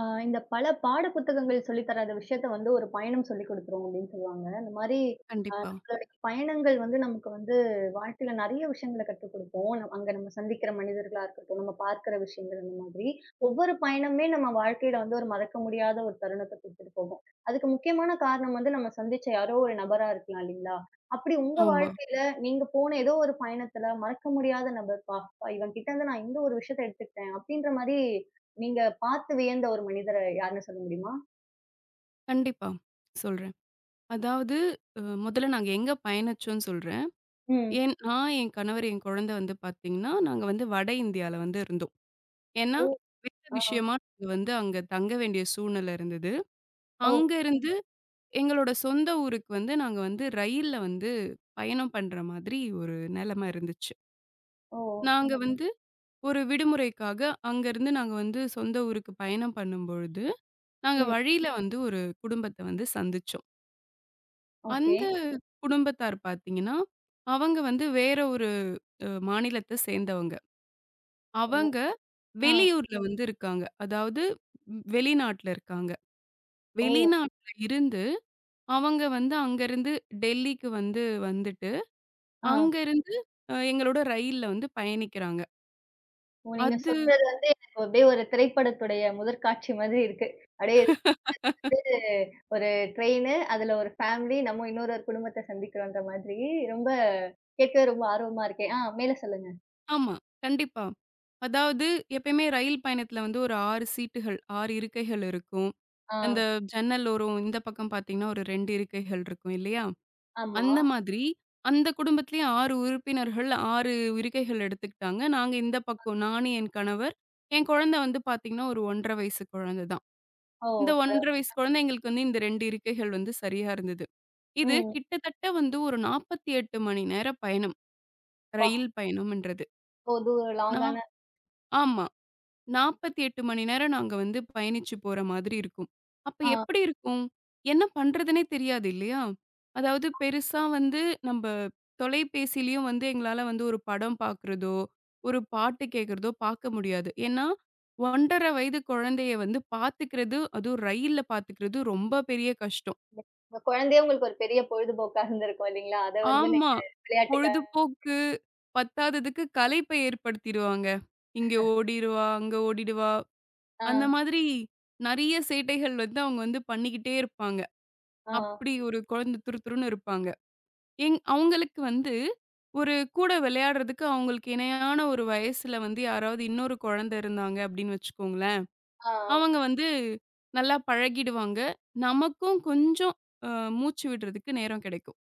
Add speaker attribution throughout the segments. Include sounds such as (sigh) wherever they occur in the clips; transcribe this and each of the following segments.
Speaker 1: ஆ இந்த பல பாட புத்தகங்கள் சொல்லி தராத விஷயத்த வந்து ஒரு பயணம் சொல்லிக் குடுத்துரும் அப்டின்னு சொல்லுவாங்க. அந்த மாரி
Speaker 2: கண்டிப்பா.
Speaker 1: நம்மளுடைய பயணங்கள் வந்து நமக்கு வந்து வாழ்க்கையில நெறைய விஷயங்கள கத்துக் குடுக்கும். அங்க நம்ம சந்திக்கிற மனிதர்களா இருக்கட்டும், நம்ம பார்க்கிற விஷயங்கள் அந்த மாதிரி. ஒவ்வொரு பயணமே நம்ம வாழ்க்கையில வந்து ஒரு மறக்க முடியாத ஒரு தருணத்த குடுத்துட்டு போகும். அதுக்கு முக்கியமான காரணம் வந்து நம்ம சந்திச்ச யாரோ ஒரு நபரா இருக்கலாம் இல்லைங்களா? அப்படி உங்க
Speaker 2: ஆமா.
Speaker 1: வாழ்க்கையில நீங்க போன ஏதோ ஒரு பயணத்துல மறக்க முடியாத நபர், "பா! இவன்கிட்டருந்து நான் இந்த ஒரு விஷயத்த எடுத்துக்கிட்டேன்" அப்படின்ற மாரி நீங்க பார்த்து வியந்த ஒரு மனிதர யாருன்னு சொல்ல முடியுமா?
Speaker 2: கண்டிப்பா. சொல்றேன். அதாவது முதல்ல நாங்க எங்க பயணிச்சோம்னு சொல்றேன்.
Speaker 1: ம்.
Speaker 2: ஏன் நான், என் கணவர், என் குழந்தை வந்து பார்த்தீங்கன்னா, நாங்க வந்து வட இந்தியால வந்து இருந்தோம். ஏன்னா,
Speaker 1: ஓ!
Speaker 2: வேலை
Speaker 1: ஆ.
Speaker 2: விஷயமா நாங்க வந்து அங்க தங்க வேண்டிய சூழ்நிலை இருந்தது.
Speaker 1: ஓ!
Speaker 2: அங்கருந்து எங்களோட சொந்த ஊருக்கு வந்து நாங்க வந்து ரயில்ல வந்து பயணம் பண்ற மாதிரி ஒரு நிலைமை இருந்துச்சு.
Speaker 1: ஓ!
Speaker 2: நாங்க வந்து ஒரு விடுமுறைக்காக அங்கருந்து நாங்க வந்து சொந்த ஊருக்கு பயணம் பண்ணும்பொழுது, நாங்க
Speaker 1: ம்.
Speaker 2: வழியில வந்து ஒரு குடும்பத்த வந்து சந்திச்சோம்.
Speaker 1: ஓகே.
Speaker 2: அந்த குடும்பத்தார் பார்த்தீங்கன்னா, அவங்க வந்து வேற ஒரு மாநிலத்த சேர்ந்தவங்க.
Speaker 1: ஓ!
Speaker 2: அவங்க
Speaker 1: ஆ.
Speaker 2: வெளியூர்ல வந்து இருக்காங்க. அதாவது வெளிநாட்ல இருக்காங்க.
Speaker 1: ஓ!
Speaker 2: வெளிநாட்ல இருந்து அவங்க வந்து அங்கருந்து டெல்லிக்கு வந்து வந்துட்டு,
Speaker 1: ஆ.
Speaker 2: அங்கருந்து எங்களோட ரயில்ல வந்து பயணிக்கிறாங்க.
Speaker 1: ஓ! நீங்க
Speaker 2: அது
Speaker 1: சொல்றது வந்து எனக்கு அப்படியே ஒரு திரைப்படத்துடைய முதற்காட்சி மாதிரி இருக்கு. அப்படியே இது வந்து ஒரு ட்ரெயினு, அதுல ஒரு ஃபேமிலி, நம்ம இன்னொரு ஒரு குடும்பத்த சந்திக்கிறோன்ற மாதிரி ரொம்ப கேட்கவே ரொம்ப ஆர்வமா இருக்கேன். ஆ, மேல சொல்லுங்க.
Speaker 2: ஆமா. கண்டிப்பா. அதாவது எப்பயுமே ரயில் பயணத்துல வந்து ஒரு 6 சீட்டுகள், 6 இருக்கைகள் இருக்கும்.
Speaker 1: ஆ.
Speaker 2: அந்த ஜன்னல் ஓரம் இந்த பக்கம் பார்த்தீங்கன்னா, ஒரு 2 இருக்கைகள் இருக்கும் இல்லையா?
Speaker 1: ஆமா.
Speaker 2: அந்த மாதிரி, அந்த குடும்பத்திலேயே 6 உறுப்பினர்கள், 6 இருக்கைகள் எடுத்துக்கிட்டாங்க. நாங்க இந்த பக்கம் நானு, என் கணவர், என் குழந்தை வந்து பார்த்தீங்கன்னா, ஒரு 1 1/2 வயசு குழந்தை தான்.
Speaker 1: ஓ!
Speaker 2: இந்த
Speaker 1: பரவா
Speaker 2: 1 1/2 வயசு குழந்தை எங்களுக்கு வந்து இந்த 2 இருக்கைகள் வந்து சரியா இருந்தது. இது
Speaker 1: ம்.
Speaker 2: கிட்டத்தட்ட வந்து ஒரு 48 மணி நேர பயணம்.
Speaker 1: அப்பா!
Speaker 2: ரயில் பயணம்ன்றது.
Speaker 1: ஓ! இது ஒரு
Speaker 2: நான்
Speaker 1: லாங்கான
Speaker 2: ஆமா. 48 மணி நேரம் நாங்க வந்து பயணிச்சு போற மாதிரி இருக்கும். அப்ப
Speaker 1: ஆ.
Speaker 2: எப்படி இருக்கும்? என்ன பண்றதுன்னே தெரியாது இல்லையா? அதாவது பெருசா வந்து நம்ப தொலைபேசியிலயும் வந்து எங்களால வந்து ஒரு படம் பார்க்குறதோ, ஒரு பாட்டு கேட்கிறதோ பார்க்க முடியாது. ஏன்னா, 1 1/2 வயது குழந்தைய வந்து பார்த்துக்கிறது, அதுவும் ரயில்ல பார்த்துக்கிறது ரொம்ப பெரிய கஷ்டம்.
Speaker 1: உங்க குழந்தையே உங்களுக்கு ஒரு பெரிய பொழுதுபோக்கா இருந்திருக்கும் இல்லைங்களா? அத வந்து
Speaker 2: ஆமா.
Speaker 1: நீங்க விளையாட்டுக்கா
Speaker 2: பொழுதுபோக்கு பத்தாததுக்கு கலைப்பை ஏற்படுத்திருவாங்க. இங்க ஓடிருவா, அங்க ஓடிடுவா.
Speaker 1: ஆ,
Speaker 2: அந்த மாதிரி நெறைய சேட்டைகள் வந்து அவங்க வந்து பண்ணிக்கிட்டே இருப்பாங்க.
Speaker 1: ஆ, ஆ,
Speaker 2: அப்படி ஒரு குழந்தை துருதுருன்னு இருப்பாங்க. அவங்களுக்கு வந்து ஒரு கூட விளையாடுறதுக்கு அவங்களுக்கு இணையான ஒரு வயசுல வந்து யாராவது இன்னொரு குழந்தை இருந்தாங்க அப்படின்னு வச்சுக்கோங்களேன்.
Speaker 1: ஆ.
Speaker 2: அவங்க வந்து நல்லா பழகிடுவாங்க. நமக்கும் கொஞ்சம் அ மூச்சு விடுறதுக்கு நேரம் கிடைக்கும்.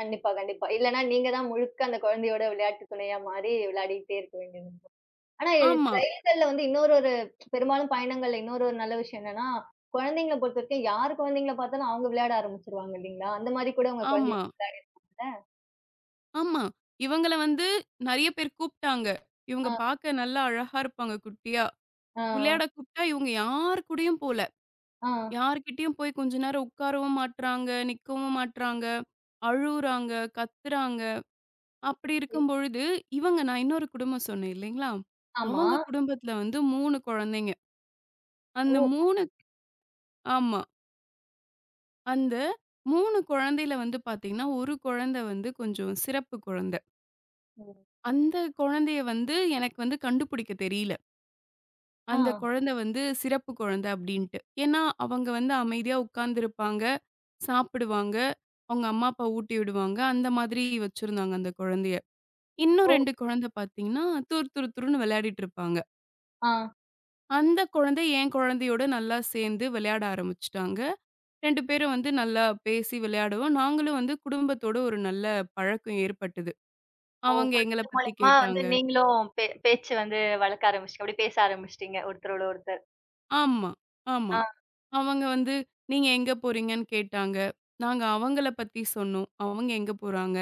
Speaker 1: கண்டிப்பா, கண்டிப்பா. இல்லன்னா நீங்க தான் முழுக்க அந்த குழந்தையோட விளையாட்டு துணையா மாறி விளையாடிட்டே இருக்க வேண்டியது. ஆனா இது
Speaker 2: ஆமா,
Speaker 1: ரயில்கள்ல வந்து இன்னொரு ஒரு பெரும்பாலும் பயணங்கள்ல இன்னொரு ஒரு நல்ல விஷயம் என்னன்னா, குழந்தைங்கள பொறுத்தவரைக்கும் யார் குழந்தைங்கள பார்த்தாலும் அவங்க விளையாட ஆரம்பிச்சுருவாங்க இல்லைங்களா? அந்த மாரி கூட உங்க
Speaker 2: ஆமா,
Speaker 1: குழந்தையோட விளையாடிருக்காங்கல்ல?
Speaker 2: ஆமா. இவங்கள வந்து நெறைய பேர் கூப்ட்டாங்க. இவங்க
Speaker 1: ஆ,
Speaker 2: பாக்க நல்லா அழகா இருப்பாங்க குட்டியா.
Speaker 1: ஆ,
Speaker 2: விளையாட கூப்ட்டா இவங்க யார் கூடயும் போல.
Speaker 1: ஆ.
Speaker 2: யார்கிட்டயும் போய் கொஞ்ச நேரம் உட்காரவும் மாட்றாங்க, நிக்கவும் மாட்றாங்க, அழுவுறாங்க, கத்துறாங்க. அப்படி இருக்கும் பொழுது, இவங்க நான் இன்னொரு குடும்பம் சொன்னேன் இல்லைங்களா?
Speaker 1: ஆமா.
Speaker 2: அவங்க குடும்பத்துல வந்து 3 குழந்தைங்க. அந்த
Speaker 1: ஓ!
Speaker 2: 3 ஆமா. அந்த 3 குழந்தையில வந்து பாத்தீங்கன்னா, 1 குழந்தை வந்து கொஞ்சம் சிறப்பு குழந்தை.
Speaker 1: ம்.
Speaker 2: அந்த குழந்தைய வந்து எனக்கு வந்து கண்டுபிடிக்க தெரியல.
Speaker 1: ஆ.
Speaker 2: அந்த குழந்தை வந்து சிறப்பு குழந்தை அப்படின்ட்டு. ஏன்னா, அவங்க வந்து அமைதியா உட்கார்ந்திருப்பாங்க. சாப்பிடுவாங்க. அவங்க அம்மா, அப்பா ஊட்டி விடுவாங்க. அந்த மாதிரி வச்சிருந்தாங்க அந்த குழந்தைய. இன்னும்
Speaker 1: ஓ!
Speaker 2: 2 குழந்தை பார்த்தீங்கன்னா, துரு துரு துருன்னு விளையாடிட்டு இருப்பாங்க.
Speaker 1: ஆ.
Speaker 2: அந்த குழந்தை என் குழந்தையோட நல்லா சேர்ந்து விளையாட ஆரம்பிச்சுட்டாங்க. 2 பேரும் வந்து நல்லா பேசி விளையாடுவோம். நாங்களும் வந்து குடும்பத்தோட ஒரு நல்ல பழக்கம் ஏற்பட்டது.
Speaker 1: ஓ!
Speaker 2: அவங்க எங்கள
Speaker 1: குழந்தை
Speaker 2: பத்தி
Speaker 1: மூலியமா வந்து
Speaker 2: கேட்டாங்க.
Speaker 1: நீங்களும் பேச்சு வந்து வளர்க்க ஆரம்பிச்சுட்டீங்க. அப்படி பேச ஆரம்பிச்சுட்டீங்க ஒருத்தரோட ஒருத்தர்.
Speaker 2: ஆமா, ஆமா.
Speaker 1: ஆ,
Speaker 2: அவங்க வந்து, "நீங்க எங்க போறீங்கன்னு?" கேட்டாங்க. நாங்க அவங்கள பத்தி சொன்னோம். அவங்க எங்க போறாங்க?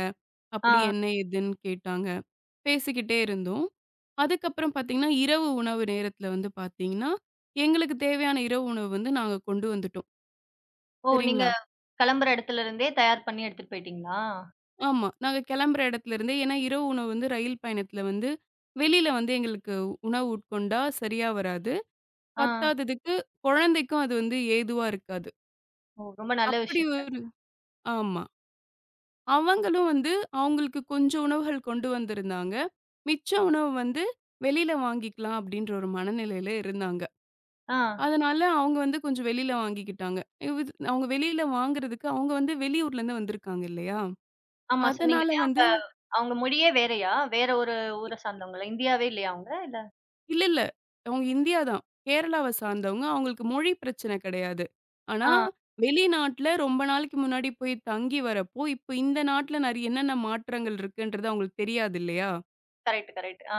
Speaker 2: அப்படி
Speaker 1: ஆ.
Speaker 2: என்ன ஏதுன்னு கேட்டாங்க. பேசிக்கிட்டே இருந்தோம். அதுக்கப்புறம் பார்த்தீங்கன்னா, இரவு உணவு நேரத்தில வந்து பார்த்தீங்கன்னா, எங்களுக்கு தேவையான இரவு உணவு வந்து நாங்க கொண்டு வந்துட்டோம்.
Speaker 1: ஓ! நீங்க
Speaker 2: சரிங்களா?
Speaker 1: கிளம்புற இடத்துல இருந்தே தயார் பண்ணி எடுத்துட்டு போயிட்டீங்களா?
Speaker 2: ஆமா. நாங்க கிளம்புற இடத்துல இருந்தே ஏன்னா இரவு உணவு வந்து ரயில் பயணத்தில வந்து வெளியில வந்து எங்களுக்கு உணவு உட்கொண்டா சரியா வராது.
Speaker 1: ஆ.
Speaker 2: பத்தாததுக்கு குழந்தைக்கும் அது வந்து ஏதுவா இருக்காது.
Speaker 1: ஓ! ரொம்ப நல்ல
Speaker 2: அப்படி
Speaker 1: விஷயங்க.
Speaker 2: ஒரு ஆமா. அவங்களும் வந்து அவங்களுக்கு கொஞ்சம் உணவுகள் கொண்டு வந்திருந்தாங்க. மிச்ச உணவு வந்து வெளியில வாங்கிக்கலாம் அப்படின்ற ஒரு மனநிலையில இருந்தாங்க.
Speaker 1: ஆ.
Speaker 2: அதனால அவங்க வந்து கொஞ்சம் வெளியில வாங்கிக்கிட்டாங்க. இது அவங்க வெளியில வாங்குறதுக்கு அவங்க வந்து வெளியூர்லேருந்து வந்திருக்காங்க இல்லையா?
Speaker 1: ஆமா, சொன்னீங்க
Speaker 2: அதனால
Speaker 1: இல்லையா? அவங்க
Speaker 2: வந்து
Speaker 1: அவங்க மொழியே வேறயா? வேற ஒரு ஊர
Speaker 2: இ-
Speaker 1: சார்ந்தவங்களா? இந்தியாவே இல்லையா அவங்க? இல்ல
Speaker 2: இல்ல, இல்ல. அவங்க இந்தியா தான். கேரளாவ சார்ந்தவங்க. அவங்களுக்கு மொழி பிரச்சனை கிடையாது. ஆனா,
Speaker 1: ஆ,
Speaker 2: வெளிநாட்ல ரொம்ப நாளைக்கு முன்னாடி போய் தங்கி வரப்போ, இப்ப இந்த நாட்ல நெறைய என்னென்ன மாற்றங்கள் இருக்குன்றது அவங்களுக்கு தெரியாது இல்லையா?
Speaker 1: Correct, correct. ஆ.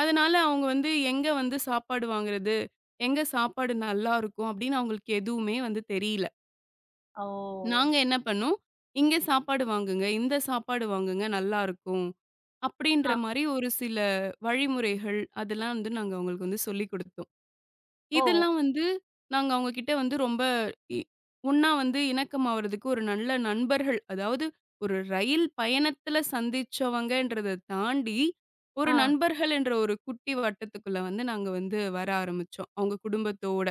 Speaker 2: அதனால அவங்க வந்து எங்க வந்து சாப்பாடு வாங்குறது? எங்க சாப்பாடு நல்லாருக்கும்? அப்படின்னு அவங்களுக்கு எதுவுமே வந்து தெரியல.
Speaker 1: ஓ!
Speaker 2: நாங்க என்ன பண்ணோம், "இங்க சாப்பாடு வாங்குங்க. இந்த சாப்பாடு வாங்குங்க. நல்லாருக்கும்." அப்படின்ற
Speaker 1: ஆ.
Speaker 2: மாரி ஒரு சில வழிமுறைகள், அதெல்லாம் வந்து நாங்க அவங்களுக்கு வந்து சொல்லிக் குடுத்தோம்.
Speaker 1: ஓ!
Speaker 2: இதெல்லாம் வந்து நாங்க அவங்க கிட்ட வந்து ரொம்ப இ ஒண்ணா வந்து இணக்கமாவறதுக்கு ஒரு நல்ல நண்பர்கள், அதாவது ஒரு ரயில் பயணத்துல சந்திச்சவங்கன்றத தாண்டி, ஒரு
Speaker 1: ஆ.
Speaker 2: நண்பர்கள் என்ற ஒரு குட்டி வட்டத்துக்குள்ள வந்து நாங்க வந்து வர ஆரம்பிச்சோம், அவங்க குடும்பத்தோட.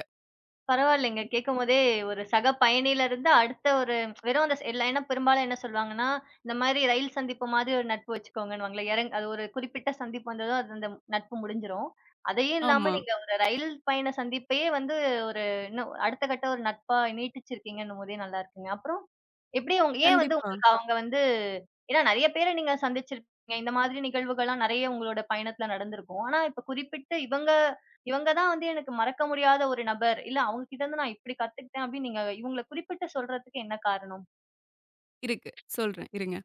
Speaker 1: பரவாயில்லைங்க. கேட்கும்போதே ஒரு சக பயணியில இருந்து அடுத்த ஒரு வெறும் அந்த எல்ல ஏன்னா பெரும்பாலும் என்ன சொல்வாங்கன்னா, இந்த மாரி ரயில் சந்திப்பு மாதிரி ஒரு நட்பு வச்சுக்கோங்கன்னுவாங்கல்ல. அது ஒரு குறிப்பிட்ட சந்திப்பு வந்ததும் அது அந்த நட்பு முடிஞ்சிரும். அதையும் இல்லாம
Speaker 2: ஆமா.
Speaker 1: நீங்க ஒரு ரயில் பயண சந்திப்பையே வந்து ஒரு இன்னும் அடுத்த கட்ட ஒரு நட்பா நீட்டிச்சிருக்கீங்கன்னும் போதே நல்லா இருக்குங்க. அப்புறம் எப்படி உங்க ஏன் வந்து
Speaker 2: கண்டிப்பா.
Speaker 1: உங்களுக்கு அவங்க வந்து ஏன்னா நெறைய பேர நீங்க சந்திச்சிருப்பீங்க. இந்த மாதிரி நிகழ்வுகள்லாம் நெறைய உங்களோட பயணத்துல நடந்திருக்கும். ஆனா இப்ப குறிப்பிட்டு இவங்க இவங்க தான் வந்து எனக்கு மறக்க முடியாத ஒரு நபர். இல்ல அவங்க கிட்ட இருந்து நான் இப்படி கத்துக்கிட்டேன் அப்படின்னு நீங்க இவங்கள குறிப்பிட்டு சொல்றதுக்கு என்ன காரணம்?
Speaker 2: இருக்கு. சொல்றேன். இருங்க.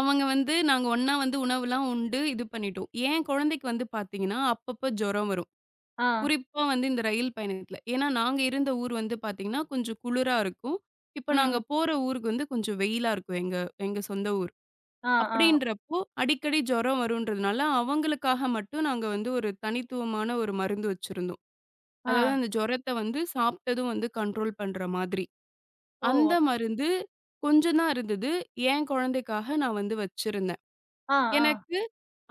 Speaker 2: அவங்க வந்து நாங்க ஒண்ணா வந்து உணவுலாம் உண்டு இது பண்ணிட்டோம். என் குழந்தைக்கு வந்து பார்த்தீங்கன்னா, அப்பப்போ ஜுரம் வரும்.
Speaker 1: ஆ.
Speaker 2: குறிப்பா வந்து இந்த ரயில் பயணத்தில. ஏன்னா, நாங்க இருந்த ஊர் வந்து பார்த்தீங்கன்னா, கொஞ்சம் குளிரா இருக்கும். இப்ப நாங்க
Speaker 1: ம்.
Speaker 2: போற ஊருக்கு வந்து கொஞ்சம் வெயிலா இருக்கும். எங்க எங்க சொந்த ஊர்.
Speaker 1: ஆ, ஆ,
Speaker 2: அப்படின்றப்போ அடிக்கடி ஜுரம் வருன்றதுனால, அவங்களுக்காக மட்டும் நாங்க வந்து ஒரு தனித்துவமான ஒரு மருந்து வச்சிருந்தோம். அதாவது
Speaker 1: ஆ.
Speaker 2: அந்த ஜுரத்த வந்து சாப்பிட்டதும் வந்து கண்ட்ரோல் பண்ற மாதிரி.
Speaker 1: ஓ!
Speaker 2: அந்த மருந்து கொஞ்சம் தான் இருந்தது. என் குழந்தைக்காக நான் வந்து வச்சிருந்தேன்.
Speaker 1: ஆ, ஆ,
Speaker 2: எனக்கு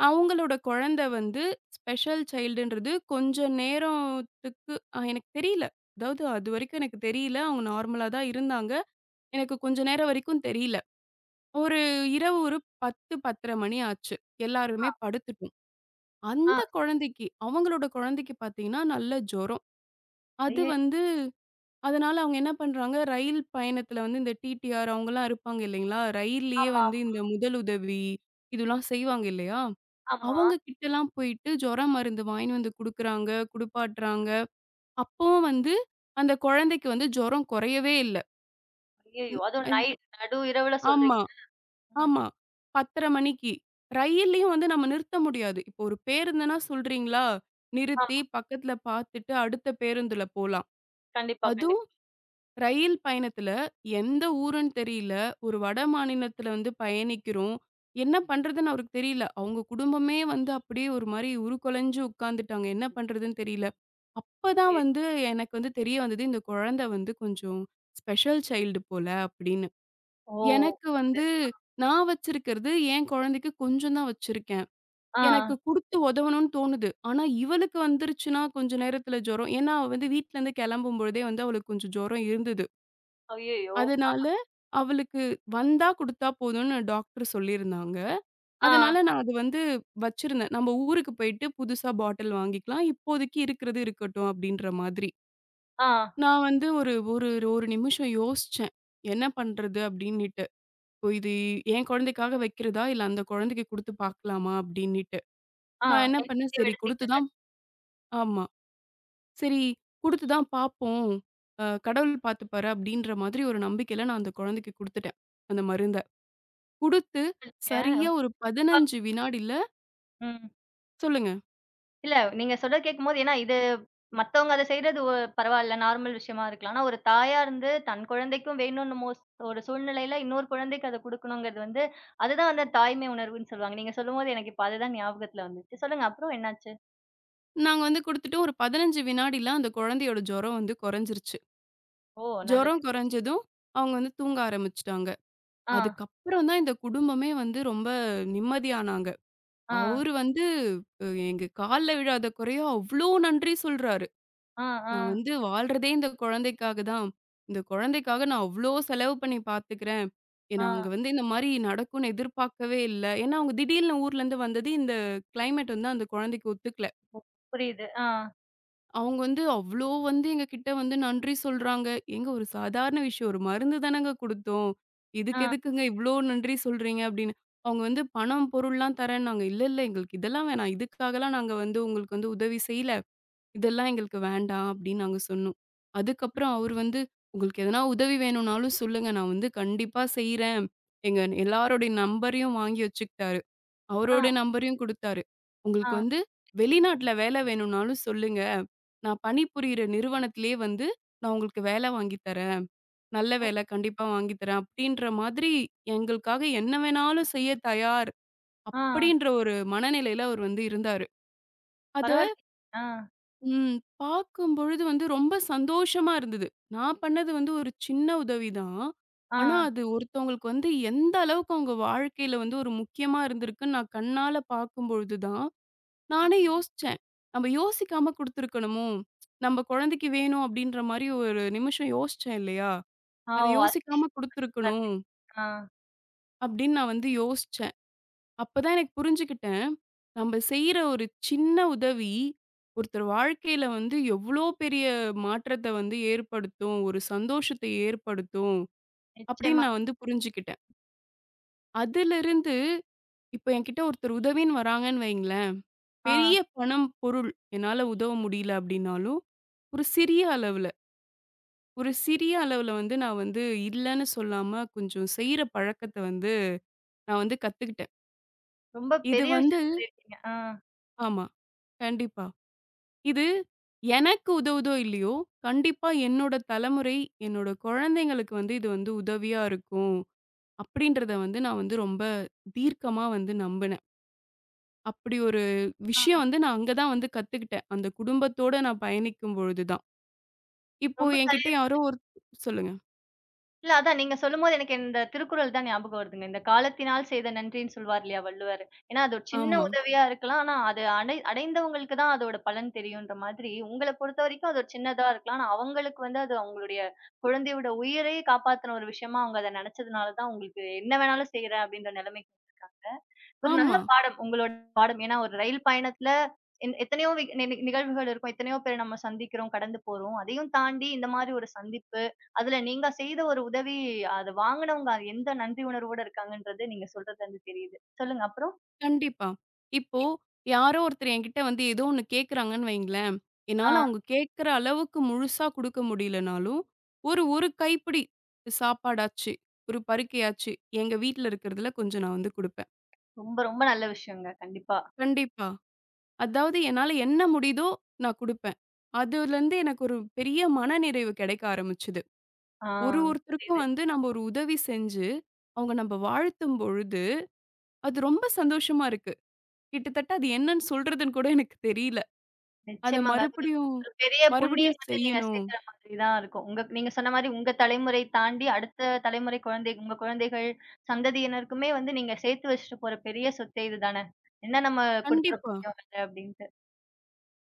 Speaker 2: அவங்களோட குழந்தை வந்து ஸ்பெஷல் சைல்டுன்றது கொஞ்சம் நேரத்துக்கு எனக்கு தெரியல. அதாவது அதுவரைக்கும் எனக்கு தெரியல. அவங்க நார்மலா தான் இருந்தாங்க. எனக்கு கொஞ்ச நேரம் வரைக்கும் தெரியல. ஒரு இரவு ஒரு 10, 10:30 மணி ஆச்சு. எல்லாருமே படுத்துட்டோம்.
Speaker 1: ஆ.
Speaker 2: அந்த குழந்தைக்கு, அவங்களோட குழந்தைக்கு பார்த்தீங்கன்னா, நல்ல ஜுரம். அது
Speaker 1: ஐயயோ!
Speaker 2: வந்து அதனால அவங்க என்ன பண்றாங்க, ரயில் பயணத்துல வந்து இந்த டிடிஆர் அவங்கலாம் இருப்பாங்க இல்லைங்களா? ரயில்லயே
Speaker 1: ஆமா,
Speaker 2: வந்து இந்த முதலுதவி இதெல்லாம் செய்வாங்க இல்லையா?
Speaker 1: ஆமா.
Speaker 2: அவங்க கிட்டலாம் போயிட்டு ஜுர மருந்து வாங்கின்னு வந்து குடுக்குறாங்க, குடுப்பாட்டுறாங்க. அப்பவும் வந்து அந்த குழந்தைக்கு வந்து ஜுரம் குறையவே இல்ல.
Speaker 1: ஐயயோ!
Speaker 2: ம்
Speaker 1: அதுவும்
Speaker 2: அந்
Speaker 1: நைட் நடு இரவுல சொல்றீங்க.
Speaker 2: ஆமா,
Speaker 1: ம்.
Speaker 2: ஆமா. 10:30 மணிக்கு. ரயில்லயும் வந்து நம்ம நிறுத்த முடியாது. இப்போ ஒரு பேருந்துன்னா சொல்றீங்களா, நிறுத்தி
Speaker 1: ஆமா.
Speaker 2: பக்கத்துல பார்த்துட்டு அடுத்த பேருந்துல போலாம்.
Speaker 1: கண்டிப்பா,
Speaker 2: அது
Speaker 1: கண்டிப்பா.
Speaker 2: ரயில் பயணத்துல எந்த ஊருன்னு தெரியல. ஒரு வட மாநிலத்துல வந்து பயணிக்கிறோம். என்ன பண்றதுன்னு அவருக்கு தெரியல. அவங்க குடும்பமே வந்து அப்படியே ஒரு மாரி உருக்குலைஞ்சு உட்காந்துட்டாங்க. என்ன பண்றதுன்னு தெரியல. அப்பதான்
Speaker 1: ஐயோ!
Speaker 2: வந்து எனக்கு வந்து தெரிய வந்தது, இந்த குழந்தை வந்து கொஞ்சம் ஸ்பெஷல் சைல்டு போல அப்படின்னு.
Speaker 1: ஓ!
Speaker 2: எனக்கு
Speaker 1: இது.
Speaker 2: வந்து நான் வச்சிருக்கிறது என் குழந்தைக்கு கொஞ்சம் தான் வச்சிருக்கேன்.
Speaker 1: ஆ.
Speaker 2: எனக்கு குடுத்து உதவணும்னு தோணுது. ஆனா இவளுக்கு வந்துருச்சுன்னா கொஞ்ச நேரத்துல ஜுரம். ஏன்னா அவ வந்து வீட்லருந்து கிளம்பும் பொழுதே வந்து அவளுக்கு கொஞ்சம் ஜுரம் இருந்தது.
Speaker 1: ஐயய்யோ!
Speaker 2: அதனால அவளுக்கு வந்தா குடுத்தா போதும்னு டாக்டர் சொல்லியிருந்தாங்க.
Speaker 1: ஆ,
Speaker 2: அதனால நான் அது வந்து வச்சிருந்தேன். நம்ம ஊருக்கு போயிட்டு புதுசா பாட்டில் வாங்கிக்கலாம். இப்போதைக்கு இருக்கிறது இருக்கட்டும் அப்டின்ற மாதிரி.
Speaker 1: ஆ,
Speaker 2: நான் வந்து ஒரு ஒரு ஒரு நிமிஷம் யோசிச்சேன். என்ன பண்றது அப்டின்னுட்டு. இப்போ இது என் குழந்தைக்காக வைக்கிறதா? இல்ல அந்த குழந்தைக்கு குடுத்து பார்க்கலாமா? அப்டின்னுட்டு.
Speaker 1: ஆ.
Speaker 2: நான் என்ன
Speaker 1: என்ன
Speaker 2: பண்ணேன்,
Speaker 1: முடிவு
Speaker 2: சரி
Speaker 1: எடுத்தீங்க?
Speaker 2: குடுத்து தான் ஆமா. சரி குடுத்து தான் பார்ப்போம். கடவுள் பார்த்துப்பாரு அப்டின்ற மாதிரி ஒரு நம்பிக்கையில நான் அந்த குழந்தைக்கு குடுத்துட்டேன். அந்த மருந்த. குடுத்து, சரியா ஒரு 15 வினாடில
Speaker 1: ம்.
Speaker 2: சொல்லுங்க.
Speaker 1: இல்ல, நீங்க சொல்றத கேட்கும்போது ஏன்னா இது மத்தவங்க அத செய்றது ஒ பரவால்ல. நார்மல் விஷயமா இருக்கலாம். ஆனா ஒரு தாயா இருந்து தன் குழந்தைக்கும் வேணும்ன்னும் ஒரு சூழ்நிலையில இன்னொரு குழந்தைக்கு அத குடுக்கணுங்கிறது வந்து, அதுதான் வந்து தாய்மை உணர்வுன்னு சொல்லுவாங்க. நீங்க சொல்லும்போது எனக்கு இப்ப அதுதான் ஞாபகத்துல வந்துச்சு. சொல்லுங்க அப்புறம் என்னாச்சு?
Speaker 2: நாங்க வந்து குடுத்துட்டு ஒரு 15 வினாடில அந்த குழந்தையோட ஜுரம் வந்து குறைஞ்சிருச்சு.
Speaker 1: ஓ! நல்லது.
Speaker 2: ஜுரம் குறைஞ்சதும், அவங்க வந்து தூங்க ஆரம்பிச்சுட்டாங்க.
Speaker 1: ஆ,
Speaker 2: அதுக்கப்புறம் தான் இந்த குடும்பமே வந்து ரொம்ப நிம்மதியானாங்க.
Speaker 1: ஆ,
Speaker 2: அவரு வந்து எங்க கால்ல விழாத குறையா அவ்ளோ நன்றி சொல்றாரு.
Speaker 1: ஆ, ஆ,
Speaker 2: நான் வந்து வாழ்றதே இந்த குழந்தைக்காக தான். இந்த குழந்தைக்காக நான் அவ்ளோ செலவு பண்ணி பார்த்துக்கிறேன். நாங்க
Speaker 1: ஆ.
Speaker 2: வந்து இந்த மாரி நடக்கும்னு எதிர்பார்க்கவே இல்ல. ஏன்னா, அவங்க திடீர்னு ஊர்லேருந்து வந்தது இந்த கிளைமேட் வந்து அந்த குழந்தைக்கு ஒத்துக்கல.
Speaker 1: புரியுது. ஆ,
Speaker 2: அவங்க வந்து அவ்ளோ வந்து எங்ககிட்ட வந்து நன்றி சொல்றாங்க. ஏங்க ஒரு சாதாரண விஷயம். ஒரு மருந்து தானங்க குடுத்தோம்.
Speaker 1: ஆ,
Speaker 2: இதுக்கு எதுக்குங்க இவ்ளோ நன்றி சொல்றீங்க அப்படின்னு. அவங்க வந்து பணம், பொருள்லாம் தரேன்னாங்க. இல்ல, இல்ல எங்களுக்கு இதெல்லாம் வேணாம். இதுக்காகலாம் நாங்க வந்து உங்களுக்கு வந்து உதவி செய்யல. இதெல்லாம் எங்களுக்கு வேண்டாம் அப்படின்னு நாங்க சொன்னோம். அதுக்கப்புறம் அவரு வந்து, உங்களுக்கு எதனா உதவி வேணும்னாலும் சொல்லுங்க. நான் வந்து கண்டிப்பா செய்றேன். எங்க எல்லாருடைய நம்பரையும் வாங்கி வச்சுக்கிட்டாரு.
Speaker 1: ஆ,
Speaker 2: அவரோட நம்பரையும் குடுத்தாரு.
Speaker 1: ஆ,
Speaker 2: உங்களுக்கு வந்து வெளிநாட்டுல வேலை வேணும்னாலும் சொல்லுங்க. நான் பணிபுரியிற நிறுவனத்திலேயே வந்து நான் உங்களுக்கு வேலை வாங்கி தரேன். நல்ல
Speaker 1: ஓ!
Speaker 2: வேலை கண்டிப்பா வாங்கி தரேன். அப்படின்ற மாதிரி எங்களுக்காக என்ன வேணாலும் செய்ய தயார்.
Speaker 1: ஆ.
Speaker 2: அப்படின்ற ஒரு மனநிலையில அவர் வந்து இருந்தாரு. அத
Speaker 1: பரவாயில்லையே! ஆ,
Speaker 2: ம். பார்க்கும்பொழுது வந்து ரொம்ப சந்தோஷமா இருந்தது. நான் பண்ணது வந்து ஒரு சின்ன உதவிதான். ஆனா,
Speaker 1: ஆ.
Speaker 2: அது ஒருத்தவங்களுக்கு வந்து எந்த அளவுக்கு அவங்க வாழ்க்கையில வந்து ஒரு முக்கியமா இருந்திருக்குன்னு நான் கண்ணால பார்க்கும்பொழுது தான், நானே யோசிச்சேன். நம்ம யோசிக்காம குடுத்துருக்கணுமோ! நம்ம குழந்தைக்கு வேணும் அப்பிடின்ற மாரி ஒரு நிமிஷம் யோசிச்சேன் இல்லயா!
Speaker 1: ஆ,
Speaker 2: அத
Speaker 1: ஓ!
Speaker 2: யோசிக்காம
Speaker 1: அதுவே
Speaker 2: குடுத்துருக்கணும்.
Speaker 1: (laughs) ஆ,
Speaker 2: அப்பிடின்னு நான் வந்து யோசிச்சேன். அப்பதான் எனக்கு புரிஞ்சுக்கிட்டேன். நம்ப செய்ற ஒரு சின்ன உதவி, ஒருத்தர் வாழ்க்கையில வந்து எவ்ளோ பெரிய மாற்றத்த வந்து ஏற்படுத்தும். ஒரு சந்தோஷத்த ஏற்படுத்தும். அப்படின்னு
Speaker 1: நிச்சயமா.
Speaker 2: நான் வந்து புரிஞ்சுக்கிட்டேன். அதிலிருந்து இப்ப என்கிட்ட ஒருத்தர் உதவின்னு வராங்கன்னு வைங்களேன்,
Speaker 1: ஆ.
Speaker 2: பெரிய பணம், பொருள் என்னால உதவ முடியல அப்படின்னாலும், ஒரு சிறிய அளவுல ஒரு சிறிய அளவுல வந்து நான் வந்து இல்லன்னு சொல்லாம கொஞ்சம் செய்ற பழக்கத்த வந்து நான் வந்து கத்துக்கிட்டேன்.
Speaker 1: ரொம்ப
Speaker 2: இது
Speaker 1: பெரிய
Speaker 2: வந்து
Speaker 1: விஷயம் சொல்லியிருக்கீங்க. ஆ,
Speaker 2: ஆமா. கண்டிப்பா. இது எனக்கு உதவுதோ இல்லையோ, கண்டிப்பா என்னோட தலைமுறை, என்னோட குழந்தைங்களுக்கு வந்து இது வந்து உதவியா இருக்கும். அப்படின்றத வந்து நான் வந்து ரொம்ப தீர்க்கமா வந்து நம்பினேன். அப்படி ஒரு
Speaker 1: ஆ.
Speaker 2: விஷயம் வந்து நான் அங்க தான் வந்து கத்துக்கிட்டேன். அந்த குடும்பத்தோட நான் பயணிக்கும் பொழுது தான். இப்போ
Speaker 1: ரொம்ப
Speaker 2: என்கிட்ட யாரோ ஒரு சொல்லுங்க.
Speaker 1: இல்ல அதான் நீங்க சொல்லும்போது எனக்கு இந்த திருக்குறள் தான் ஞாபகம் வருதுங்க. இந்த காலத்தினால் செய்த நன்றின்னு சொல்வார் இல்லையா வள்ளுவர். ஏன்னா அது ஒரு சின்ன
Speaker 2: ஆமா,
Speaker 1: உதவியா இருக்கலாம். ஆனா அது அடைந்தவங்களுக்கு தான் அதோட பலன் தெரியுன்ற மாதிரி, உங்கள பொறுத்த வரைக்கும் அது ஒரு சின்னதா இருக்கலாம். ஆனா அவங்களுக்கு வந்து அது அவங்களுடைய குழந்தையோட உயிரையே காப்பாத்துன ஒரு விஷயமா அவங்க அத நெனச்சதுனால தான் உங்களுக்கு என்ன வேணாலும் செய்றேன் அப்படின்ற நிலைமைக்கு ஒரு நல்ல
Speaker 2: ஆமா.
Speaker 1: பாடம். உங்களோட பாடம். ஏன்னா ஒரு ரயில் பயணத்துல என் எத்தனையோ நிகழ்வுகள் இருக்கும். எத்தனையோ பேர நம்ம சந்திக்கிறோம், கடந்து போறோம். அதையும் தாண்டி இந்த மாரி ஒரு சந்திப்பு, அதுல நீங்க செய்த ஒரு உதவி, அத வாங்குனவங்க எந்த நன்றி உணர்வோட இருக்காங்கன்றது நீங்க சொல்றதுலருந்து தெரியுது. சொல்லுங்க அப்புறம்?
Speaker 2: கண்டிப்பா. இப்போ யாரோ ஒருத்தர் என்கிட்ட வந்து ஏதோ ஒண்ணு கேட்குறாங்கன்னு வைங்களேன்,
Speaker 1: ஆ,
Speaker 2: என்னால அவங்க கேட்குற அளவுக்கு முழுசா குடுக்க முடியலனாலும், ஒரு ஒரு கைப்பிடி சாப்பாடாச்சு, ஒரு பருக்கையாச்சு, எங்க வீட்ல இருக்கிறதுல கொஞ்சம் நான் வந்து குடுப்பேன்.
Speaker 1: ரொம்ப ரொம்ப நல்ல விஷயங்க. கண்டிப்பா.
Speaker 2: கண்டிப்பா. அதாவது என்னால என்ன முடியுதோ நான் குடுப்பேன். அதுலருந்து எனக்கு ஒரு பெரிய மனநிறைவு கிடைக்க ஆரம்பிச்சது.
Speaker 1: ஆ.
Speaker 2: ஒருத்தருக்கும் வந்து நம்ம ஒரு உதவி செஞ்சு, அவங்க நம்ப வாழ்த்தும் பொழுது, அது ரொம்ப சந்தோஷமா இருக்கு. கிட்டத்தட்ட அது என்னன்னு சொல்றதுன்னு கூட எனக்கு தெரியல. அத
Speaker 1: நிச்சயமாங்க. அது
Speaker 2: மறுபடியும்
Speaker 1: ஒரு பெரிய புண்ணியம்
Speaker 2: மறுபடியும்
Speaker 1: வந்து நீங்க
Speaker 2: செய்யணும்.
Speaker 1: சேர்க்கிற மாதிரி தான் இருக்கும். உங்க நீங்க சொன்ன மாரி உங்க தலைமுறை தாண்டி அடுத்த தலைமுறை குழந்தை உங்க குழந்தைகள், சந்ததியினருக்குமே வந்து நீங்க சேர்த்து வச்சுட்டு போற பெரிய சொத்தே இதுதானே! என்ன நம்ம குடுத்துற
Speaker 2: கண்டிப்பா.
Speaker 1: முடியும் அத அப்பிடின்ட்டு.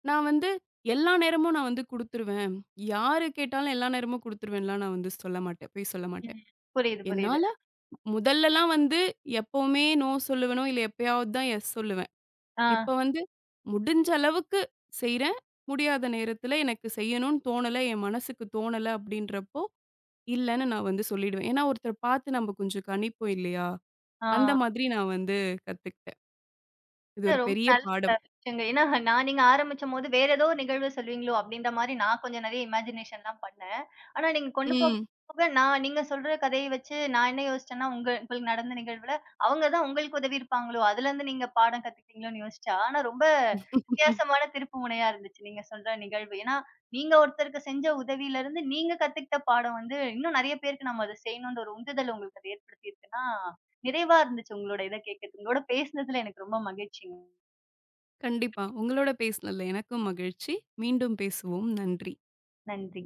Speaker 2: நான் வந்து எல்லா நேரமும் நான் வந்து குடுத்துருவேன். யாரு கேட்டாலும் எல்லா நேரமும் குடுத்துருவேன்லாம் நான் வந்து சொல்ல மாட்டேன். பொய் சொல்ல மாட்டேன்.
Speaker 1: ம். புரியுது, புரியுது.
Speaker 2: என்னால முதல்லலாம் வந்து எப்பவுமே நோ சொல்லுவேனோ, இல்ல எப்பயாவது தான் எஸ் சொல்லுவேன்.
Speaker 1: ஆ,
Speaker 2: இப்ப வந்து முடிஞ்ச அளவுக்கு செய்றேன். முடியாத நேரத்துல எனக்கு செய்யணும்னு தோணல, என் மனசுக்கு தோணல அப்படின்றப்போ, இல்லன்னு நான் வந்து சொல்லிடுவேன். ஏன்னா ஒருத்தர பார்த்து நம்ம கொஞ்சம் கணிப்போம் இல்லையா?
Speaker 1: ஆ.
Speaker 2: அந்த மாதிரி நான் வந்து கத்துக்கிட்டேன். இது ஒரு
Speaker 1: ரொம்ப
Speaker 2: பெரிய
Speaker 1: நல்ல
Speaker 2: பாடம்.
Speaker 1: விஷயங்க. ஏன்னா நீங்க ஆரம்பிச்சம்போது வேற ஏதோ ஒரு நிகழ்வு சொல்லுவீங்களோ! அப்டின்ற மாரி நான் கொஞ்சம் நெறைய இமேஜினேஷன்லாம் பண்ணேன். ஆனா நீங்க கொண்டு போக
Speaker 2: ம்.
Speaker 1: போக நான் நீங்க சொல்ற கதைய வச்சு நான் என்ன யோசிச்சேன்னா, உங்களுக்கு நடந்த நிகழ்வுல அவங்க தான் உங்களுக்கு உதவி இருப்பாங்களோ! அதுலருந்து நீங்க பாடம் கத்துக்கிட்டீங்களோன்னு யோசிச்சா, ஆனா ரொம்ப வித்தியாசமான திருப்பு முனையா இருந்துச்சு நீங்க சொல்ற நிகழ்வு. ஏன்னா, நீங்க ஒருத்தருக்கு செஞ்ச உதவியிலருந்து நீங்க கத்துக்கிட்ட பாடம் வந்து இன்னும் நெறைய பேருக்கு நம்ம அத செய்யணுன்ற ஒரு உந்துதல் உங்களுக்கு அது ஏற்படுத்தியிருக்குன்னா, நிறைவா இருந்துச்சு உங்களோட இத கேட்கறதுக்கு. உங்களோட பேசினதுல எனக்கு ரொம்ப மகிழ்ச்சிங்க.
Speaker 2: கண்டிப்பா. உங்களோட பேசினதுல எனக்கும் மகிழ்ச்சி. மீண்டும் பேசுவோம். நன்றி.
Speaker 1: நன்றி.